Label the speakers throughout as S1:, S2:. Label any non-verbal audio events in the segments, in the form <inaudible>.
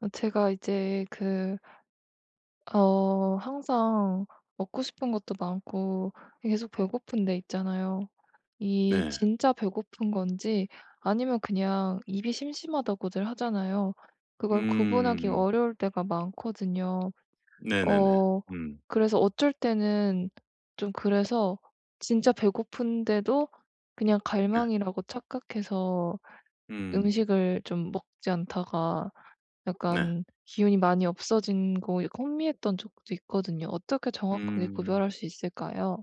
S1: 제가 이제 항상 먹고 싶은 것도 많고 계속 배고픈데 있잖아요. 이
S2: 네.
S1: 진짜 배고픈 건지 아니면 그냥 입이 심심하다고들 하잖아요. 그걸 구분하기
S2: 음.
S1: 어려울 때가 많거든요.
S2: 네네네.
S1: 어
S2: 음.
S1: 그래서 어쩔 때는 좀 그래서 진짜 배고픈데도 그냥
S2: 네.
S1: 갈망이라고 착각해서
S2: 음.
S1: 음식을 좀 먹지 않다가
S2: 네.
S1: 약간 기운이 많이 없어진 거 약간 혼미했던 적도 있거든요. 어떻게 정확하게
S2: 음.
S1: 구별할 수 있을까요?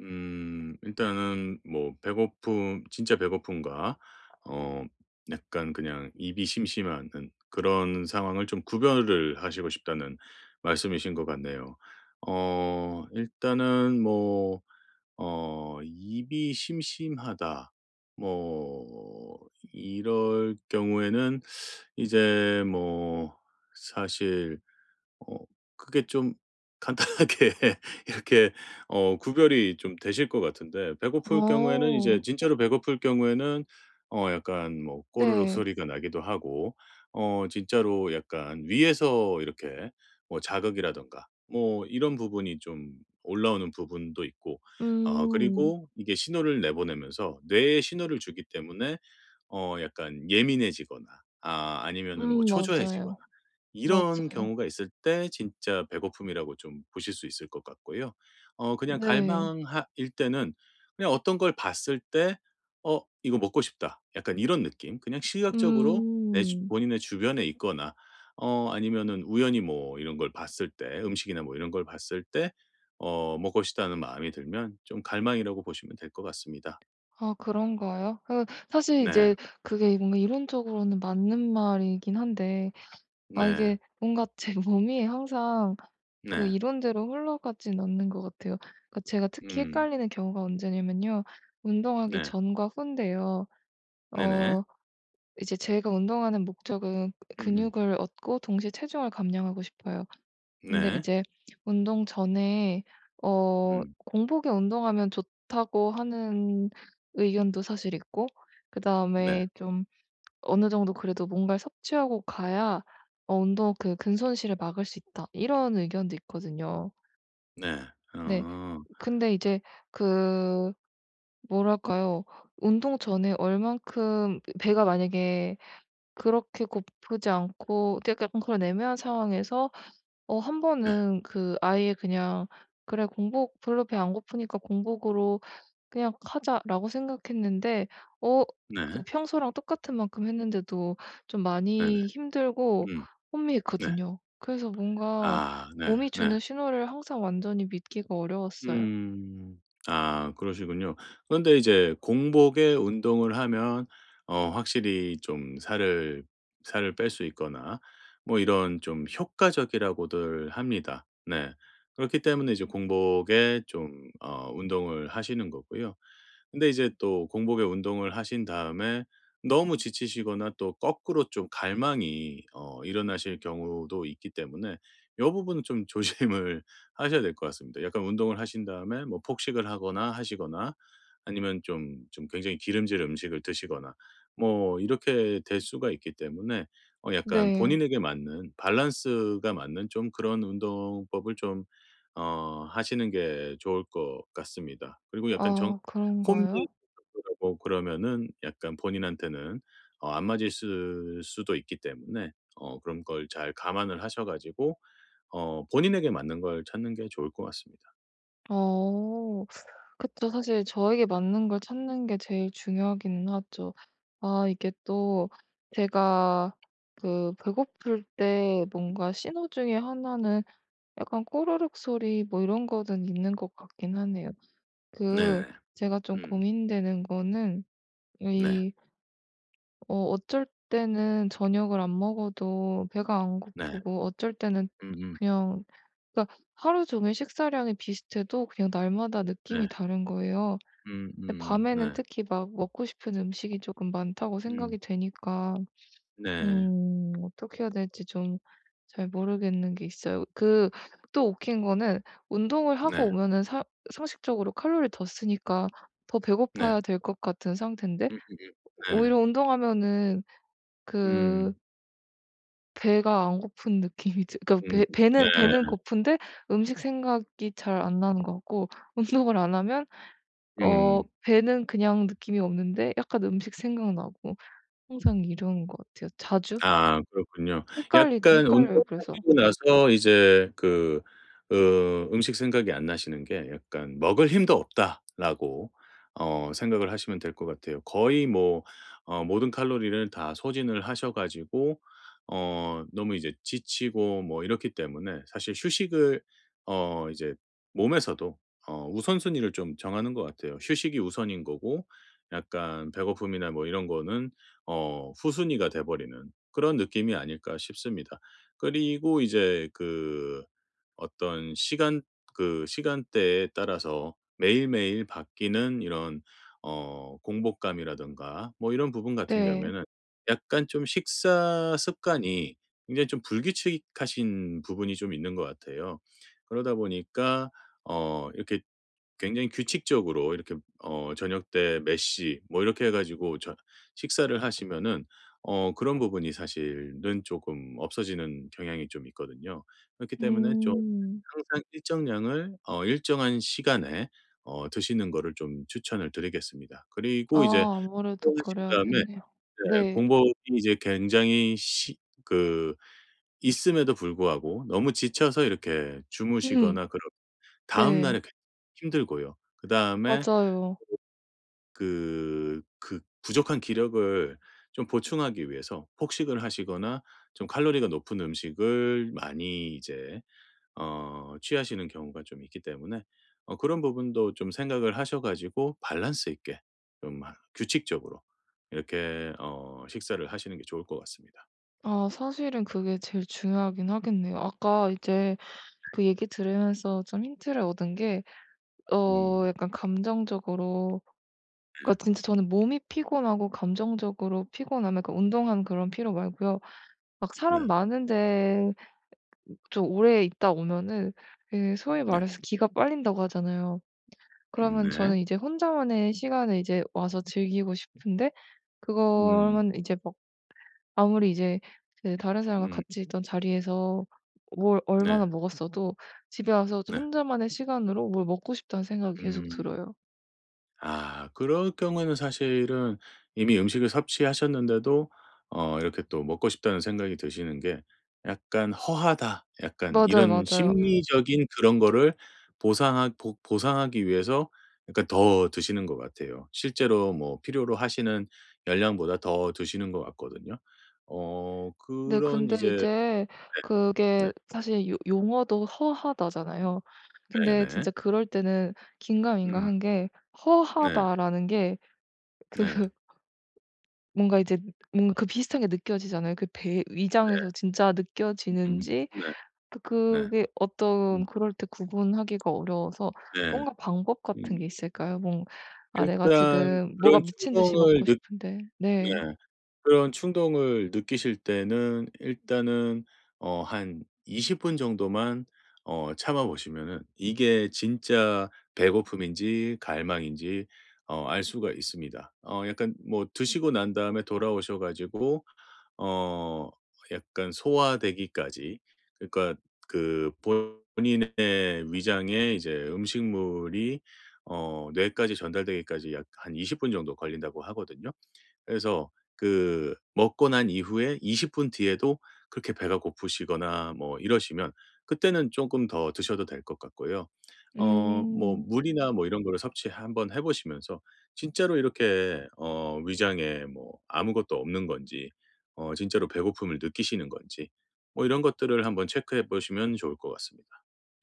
S2: 음. 일단은 뭐 배고픔 진짜 배고픔과 어 약간 그냥 입이 심심한 은 그런 상황을 좀 구별을 하시고 싶다는 말씀이신 것 같네요. 일단은 뭐 "입이 심심하다." 뭐 이럴 경우에는 이제 뭐 사실 어 그게 좀 간단하게 <laughs> 이렇게 구별이 좀 되실 것 같은데 배고플 경우에는 이제
S1: 어.
S2: 진짜로 배고플 경우에는 약간 뭐 꼬르륵
S1: 네.
S2: 소리가 나기도 하고 진짜로 약간 위에서 이렇게 뭐 자극이라든가 뭐 이런 부분이 좀 올라오는 부분도 있고 아
S1: 음.
S2: 그리고 이게 신호를 내보내면서 뇌에 신호를 주기 때문에 약간 예민해지거나 아 아니면은 뭐
S1: 음,
S2: 초조해지거나
S1: 맞아요.
S2: 이런
S1: 맞아요.
S2: 경우가 있을 때 진짜 배고픔이라고 좀 보실 수 있을 것 같고요. 그냥
S1: 네.
S2: 갈망일 때는 그냥 어떤 걸 봤을 때 '어 이거 먹고 싶다.' 약간 이런 느낌. 그냥 시각적으로 내 주
S1: 음.
S2: 본인의 주변에 있거나 아니면은 우연히 뭐 이런 걸 봤을 때 음식이나 뭐 이런 걸 봤을 때 먹고 싶다는 마음이 들면 좀 갈망이라고 보시면 될 것 같습니다.
S1: 아, 그런가요? 사실
S2: 네.
S1: 이제 그게 뭔가 이론적으로는 맞는 말이긴 한데 아,
S2: 네.
S1: 이게 뭔가 제 <laughs> 몸이 항상 그
S2: 네.
S1: 이론대로 흘러가진 않는 것 같아요. 그러니까 제가 특히
S2: 음.
S1: 헷갈리는 경우가 언제냐면요. 운동하기
S2: 네.
S1: 전과 후인데요.
S2: 네네.
S1: 어 이제 제가 운동하는 목적은
S2: 음음.
S1: 근육을 얻고 동시에 체중을 감량하고 싶어요. 근데
S2: 네.
S1: 이제 운동 전에
S2: 음.
S1: 공복에 운동하면 좋다고 하는 의견도 사실 있고
S2: 네.
S1: 그다음에 좀 어느 정도 그래도 뭔가를 섭취하고 가야 어 운동 그 근손실을 막을 수 있다. 이런 의견도 있거든요.
S2: 네.
S1: 네.
S2: 어.
S1: 근데 이제 그 뭐랄까요? 운동 전에 얼만큼 배가 만약에 그렇게 고프지 않고 약간 그런 애매한 상황에서 한
S2: 네.
S1: 번은 그 아예 그냥 '그래, 공복 별로 배 안 고프니까 공복으로 그냥 하자.'라고 생각했는데 어
S2: 네.
S1: 평소랑 똑같은 만큼 했는데도 좀
S2: 네네.
S1: 많이 힘들고
S2: 음. 네.
S1: 혼미했거든요. 그래서 뭔가
S2: 아. 네.
S1: 몸이
S2: 네.
S1: 주는 신호를 항상 완전히 믿기가 어려웠어요.
S2: 음. 아 그러시군요. 그런데 이제 공복에 운동을 하면 확실히 좀 살을 뺄 수 있거나 뭐 이런 좀 효과적이라고들 합니다. 네. 그렇기 때문에 이제 공복에 좀 운동을 하시는 거고요. 근데 이제 또 공복에 운동을 하신 다음에 너무 지치시거나 또 거꾸로 좀 갈망이 일어나실 경우도 있기 때문에 이 부분은 좀 <laughs> 조심을 하셔야 될 것 같습니다. 약간 운동을 하신 다음에 뭐 폭식을 하거나 하시거나 아니면 좀 굉장히 기름질 음식을 드시거나 뭐 이렇게 될 수가 있기 때문에 약간
S1: 네.
S2: 본인에게 맞는 밸런스가 맞는 좀 그런 운동법을 좀 하시는 게 좋을 것 같습니다. 그리고 약간 정
S1: 아,
S2: 홈이
S1: 그런가요?
S2: 라고 그러면은 약간 본인한테는 안 맞을 수 수도 있기 때문에 그런 걸 잘 감안을 하셔 가지고 본인에게 맞는 걸 찾는 게 좋을 것 같습니다.
S1: 어. 그쵸. 사실 저에게 맞는 걸 찾는 게 제일 중요하기는 하죠. 아, 이게 또 제가 그 배고플 때 뭔가 신호 중에 하나는 약간 꼬르륵 소리 뭐 이런 거는 있는 것 같긴 하네요. 그
S2: 네네.
S1: 제가 좀
S2: 음.
S1: 고민되는 거는
S2: 네.
S1: 이 어 어쩔 때는 저녁을 안 먹어도 배가 안
S2: 네.
S1: 고프고 어쩔 때는
S2: 음음.
S1: 그냥 그러니까 하루 종일 식사량이 비슷해도 그냥 날마다 느낌이
S2: 네.
S1: 다른 거예요. 근데
S2: 음음.
S1: 밤에는
S2: 네.
S1: 특히 막 먹고 싶은 음식이 조금 많다고
S2: 음.
S1: 생각이 되니까
S2: 네.
S1: 음, 어떻게 해야 될지 좀 잘 모르겠는 게 있어요. 또 웃긴 거는 운동을 하고
S2: 네.
S1: 오면은 사 상식적으로 칼로리를 더 쓰니까 더
S2: 네.
S1: 배고파야 될 것 같은 상태인데
S2: 음 네.
S1: 오히려 운동하면은 그
S2: 음.
S1: 배가 안 고픈 느낌이 드 그러니까
S2: 음
S1: 배
S2: 네.
S1: 배는 배는 고픈데 음식 생각이 잘 안 나는 것 같고 <laughs> 운동을 안 하면
S2: 음.
S1: 배는 그냥 느낌이 없는데 약간 음식 생각나고 항상 이런 것 같아요. 자주
S2: 아 그렇군요.
S1: 헷갈리
S2: 약간
S1: 헷갈려요 그래서.
S2: 운동하시고 나서 이제 그 어 음식 생각이 안 나시는 게 약간 '먹을 힘도 없다.'라고 생각을 하시면 될 것 같아요. 거의 뭐 모든 칼로리를 다 소진을 하셔 가지고 너무 이제 지치고 뭐 이렇기 때문에 사실 휴식을 이제 몸에서도 우선순위를 좀 정하는 것 같아요. 휴식이 우선인 거고 약간 배고픔이나 뭐 이런 거는 후순위가 돼 버리는 그런 느낌이 아닐까 싶습니다. 그리고 이제 그 어떤 시간 그 시간대에 따라서 매일매일 바뀌는 이런 공복감이라든가 뭐 이런 부분 같은
S1: 네.
S2: 경우에는 약간 좀 식사 습관이 굉장히 좀 불규칙하신 부분이 좀 있는 것 같아요. 그러다 보니까 이렇게 굉장히 규칙적으로 이렇게 저녁 때 몇 시 뭐 이렇게 해 가지고 저 식사를 하시면은 그런 부분이 사실은 조금 없어지는 경향이 좀 있거든요. 그렇기 때문에 좀
S1: 음.
S2: 항상 일정량을 일정한 시간에 드시는 거를 좀 추천을 드리겠습니다. 그리고 이제 하
S1: 아, 아무래도
S2: 신 다음에
S1: 그래야겠네요.
S2: 네
S1: 네.
S2: 공복이 이제 굉장히 시 그 있음에도 불구하고 너무 지쳐서 이렇게
S1: 음.
S2: 주무시거나 그런
S1: 네.
S2: 다음날에 굉장히 힘들고요. 그다음에
S1: 맞아요.
S2: 그 부족한 기력을 좀 보충하기 위해서 폭식을 하시거나 좀 칼로리가 높은 음식을 많이 이제 취하시는 경우가 좀 있기 때문에 그런 부분도 좀 생각을 하셔 가지고 밸런스 있게 좀 하 규칙적으로 이렇게 식사를 하시는 게 좋을 것 같습니다.
S1: 아, 사실은 그게 제일 중요하긴 하겠네요. 아까 이제 그 얘기 들으면서 좀 힌트를 얻은 게
S2: 음.
S1: 약간 감정적으로 그러니까 진짜 저는 몸이 피곤하고 감정적으로 피곤함, 그러니까 운동한 그런 피로 말고요. 막
S2: 네.
S1: 사람
S2: 네.
S1: 많은데 좀 오래 있다 오면은 그 소위
S2: 네.
S1: 말해서 기가 빨린다고 하잖아요. 그러면
S2: 네.
S1: 저는 이제 혼자만의 시간을 이제 와서 즐기고 싶은데
S2: 음.
S1: 그거는 이제 막 아무리 이제 그 다른 사람과
S2: 음.
S1: 같이 있던 자리에서 뭘
S2: 네.
S1: 얼마나 먹었어도 집에 와서
S2: 네.
S1: 혼자만의 시간으로 뭘 먹고 싶다는 생각이 계속
S2: 음.
S1: 들어요.
S2: 아 그럴 경우에는 사실은 이미 음식을 섭취하셨는데도 이렇게 또 '먹고 싶다.'는 생각이 드시는 게 약간 '허하다.' 약간
S1: 맞아요,
S2: 이런
S1: 맞아요.
S2: 심리적인 그런 거를 보상하기 위해서 약간 더 드시는 것 같아요. 실제로 뭐 필요로 하시는 열량보다 더 드시는 것 같거든요.
S1: 네,
S2: 그런
S1: 근데
S2: 이제
S1: 이제
S2: 네
S1: 그게 사실 요 용어도 "허하다"잖아요. 근데
S2: 네네.
S1: 진짜 그럴 때는
S2: 음
S1: 긴가민가한 게
S2: 네.
S1: "허하다"라는 게 그
S2: 네.
S1: <laughs> 뭔가 이제 뭔가 그 비슷한 게 느껴지잖아요. 그 배
S2: 네.
S1: 위장에서 진짜
S2: 음
S1: 느껴지는지
S2: 네.
S1: 그
S2: 네.
S1: 그게
S2: 음
S1: 어떤 그럴 때 구분하기가 어려워서
S2: 네.
S1: 뭔가 방법 같은
S2: 음.
S1: 게 있을까요? 뭔 '아, 내가
S2: 일단
S1: 지금 뭐가
S2: 그런
S1: 미친 듯이
S2: 충동을
S1: 먹고
S2: 느
S1: 싶은데'
S2: 네.
S1: 네.
S2: 그런 충동을 느끼실 때는 일단은 한 20분 정도만 참아 보시면은 이게 진짜 배고픔인지 갈망인지 알 수가 있습니다. 약간 뭐 드시고 난 다음에 돌아오셔 가지고 어 약간 소화되기까지 그러니까 그 본인의 위장에 이제 음식물이 뇌까지 전달되기까지 약 한 20분 정도 걸린다고 하거든요. 그래서 그 먹고 난 이후에 20분 뒤에도 그렇게 배가 고프시거나 뭐 이러시면 그때는 쪼끔 더 드셔도 될 것 같고요. 뭐
S1: 음.
S2: 물이나 뭐 이런 거를 섭취 한번 해 보시면서 진짜로 이렇게 위장에 뭐 아무것도 없는 건지 진짜로 배고픔을 느끼시는 건지 뭐 이런 것들을 한번 체크해 보시면 좋을 것 같습니다.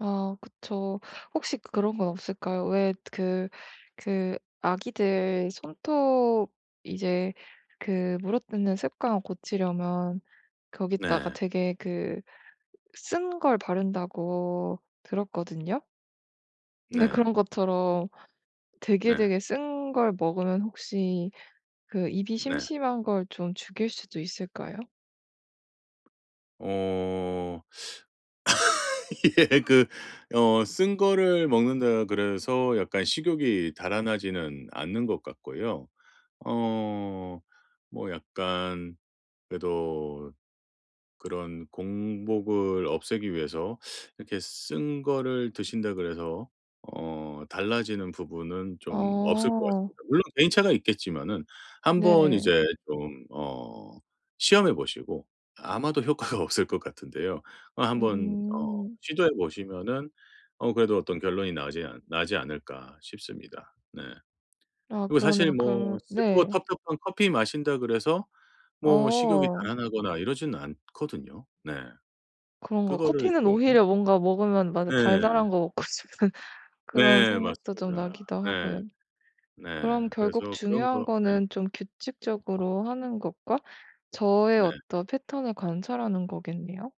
S1: 아, 그쵸. 혹시 그런 건 없을까요? 왜 그 아기들 손톱 이제 그 물어뜯는 습관 고치려면 거기다가
S2: 네.
S1: 되게 그 쓴 걸 바른다고 들었거든요. 근데
S2: 네.
S1: 그런 것처럼 되게
S2: 네.
S1: 되게 쓴 걸 먹으면 혹시 그 입이
S2: 네.
S1: 심심한 걸 좀 죽일 수도 있을까요?
S2: 어 <laughs> 예. 그 쓴 거를 먹는다 그래서 약간 식욕이 달아나지는 않는 것 같고요. 어 뭐 약간 그래도 그런 공복을 없애기 위해서 이렇게 쓴 거를 드신다 그래서 달라지는 부분은 좀 없을 것
S1: 어.
S2: 같습니다. 물론 개인차가 있겠지만은 한번
S1: 네.
S2: 이제 좀 시험해 보시고 아마도 효과가 <laughs> 없을 것 같은데요. 한번
S1: 음.
S2: 시도해 보시면은 그래도 어떤 결론이 나지 않을까 싶습니다. 네.
S1: 아,
S2: 그리고 사실
S1: 그러네요.
S2: 뭐
S1: 그러면
S2: 쓰고
S1: 네.
S2: 텁텁한 커피 마신다 그래서 뭐 식욕이
S1: 어.
S2: 달아나거나 이러지는 않거든요. 네.
S1: 그런 거
S2: 그거를
S1: 커피는
S2: 좀
S1: 오히려 뭔가 먹으면 맞아,
S2: 네.
S1: 달달한 거 먹고 싶은 <laughs> 그런
S2: 네
S1: 생각도 좀
S2: 맞습니다.
S1: 나기도
S2: 네.
S1: 하고요. 그럼
S2: 네.
S1: 결국
S2: 그래서 그런
S1: 중요한
S2: 거 네.
S1: 거는 좀 규칙적으로 하는 것과 저의
S2: 네.
S1: 어떤 패턴을 관찰하는 거겠네요.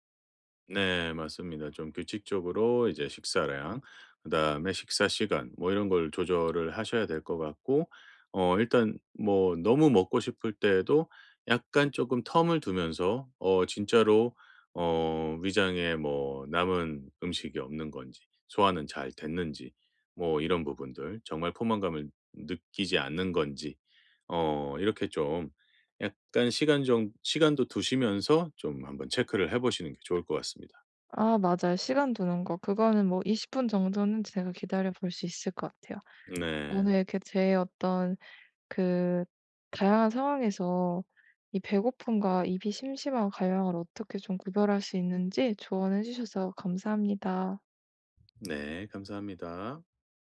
S2: 네 맞습니다. 좀 규칙적으로 이제 식사량 그다음에 식사 시간 뭐 이런 걸 조절을 하셔야 될 것 같고 일단 뭐 너무 먹고 싶을 때에도 약간 조금 텀을 두면서 진짜로 위장에 뭐 남은 음식이 없는 건지 소화는 잘 됐는지 뭐 이런 부분들 정말 포만감을 느끼지 않는 건지 이렇게 좀 약간 시간도 두시면서 좀 한번 체크를 해 보시는 게 좋을 것 같습니다.
S1: 아, 맞아요. 시간 두는 거. 그거는 뭐 20분 정도는 제가 기다려 볼 수 있을 것 같아요.
S2: 네.
S1: 오늘 이렇게 제 어떤 그 다양한 상황에서 이 배고픔과 입이 심심한 갈망을 어떻게 좀 구별할 수 있는지 조언해 주셔서 감사합니다.
S2: 네. 감사합니다.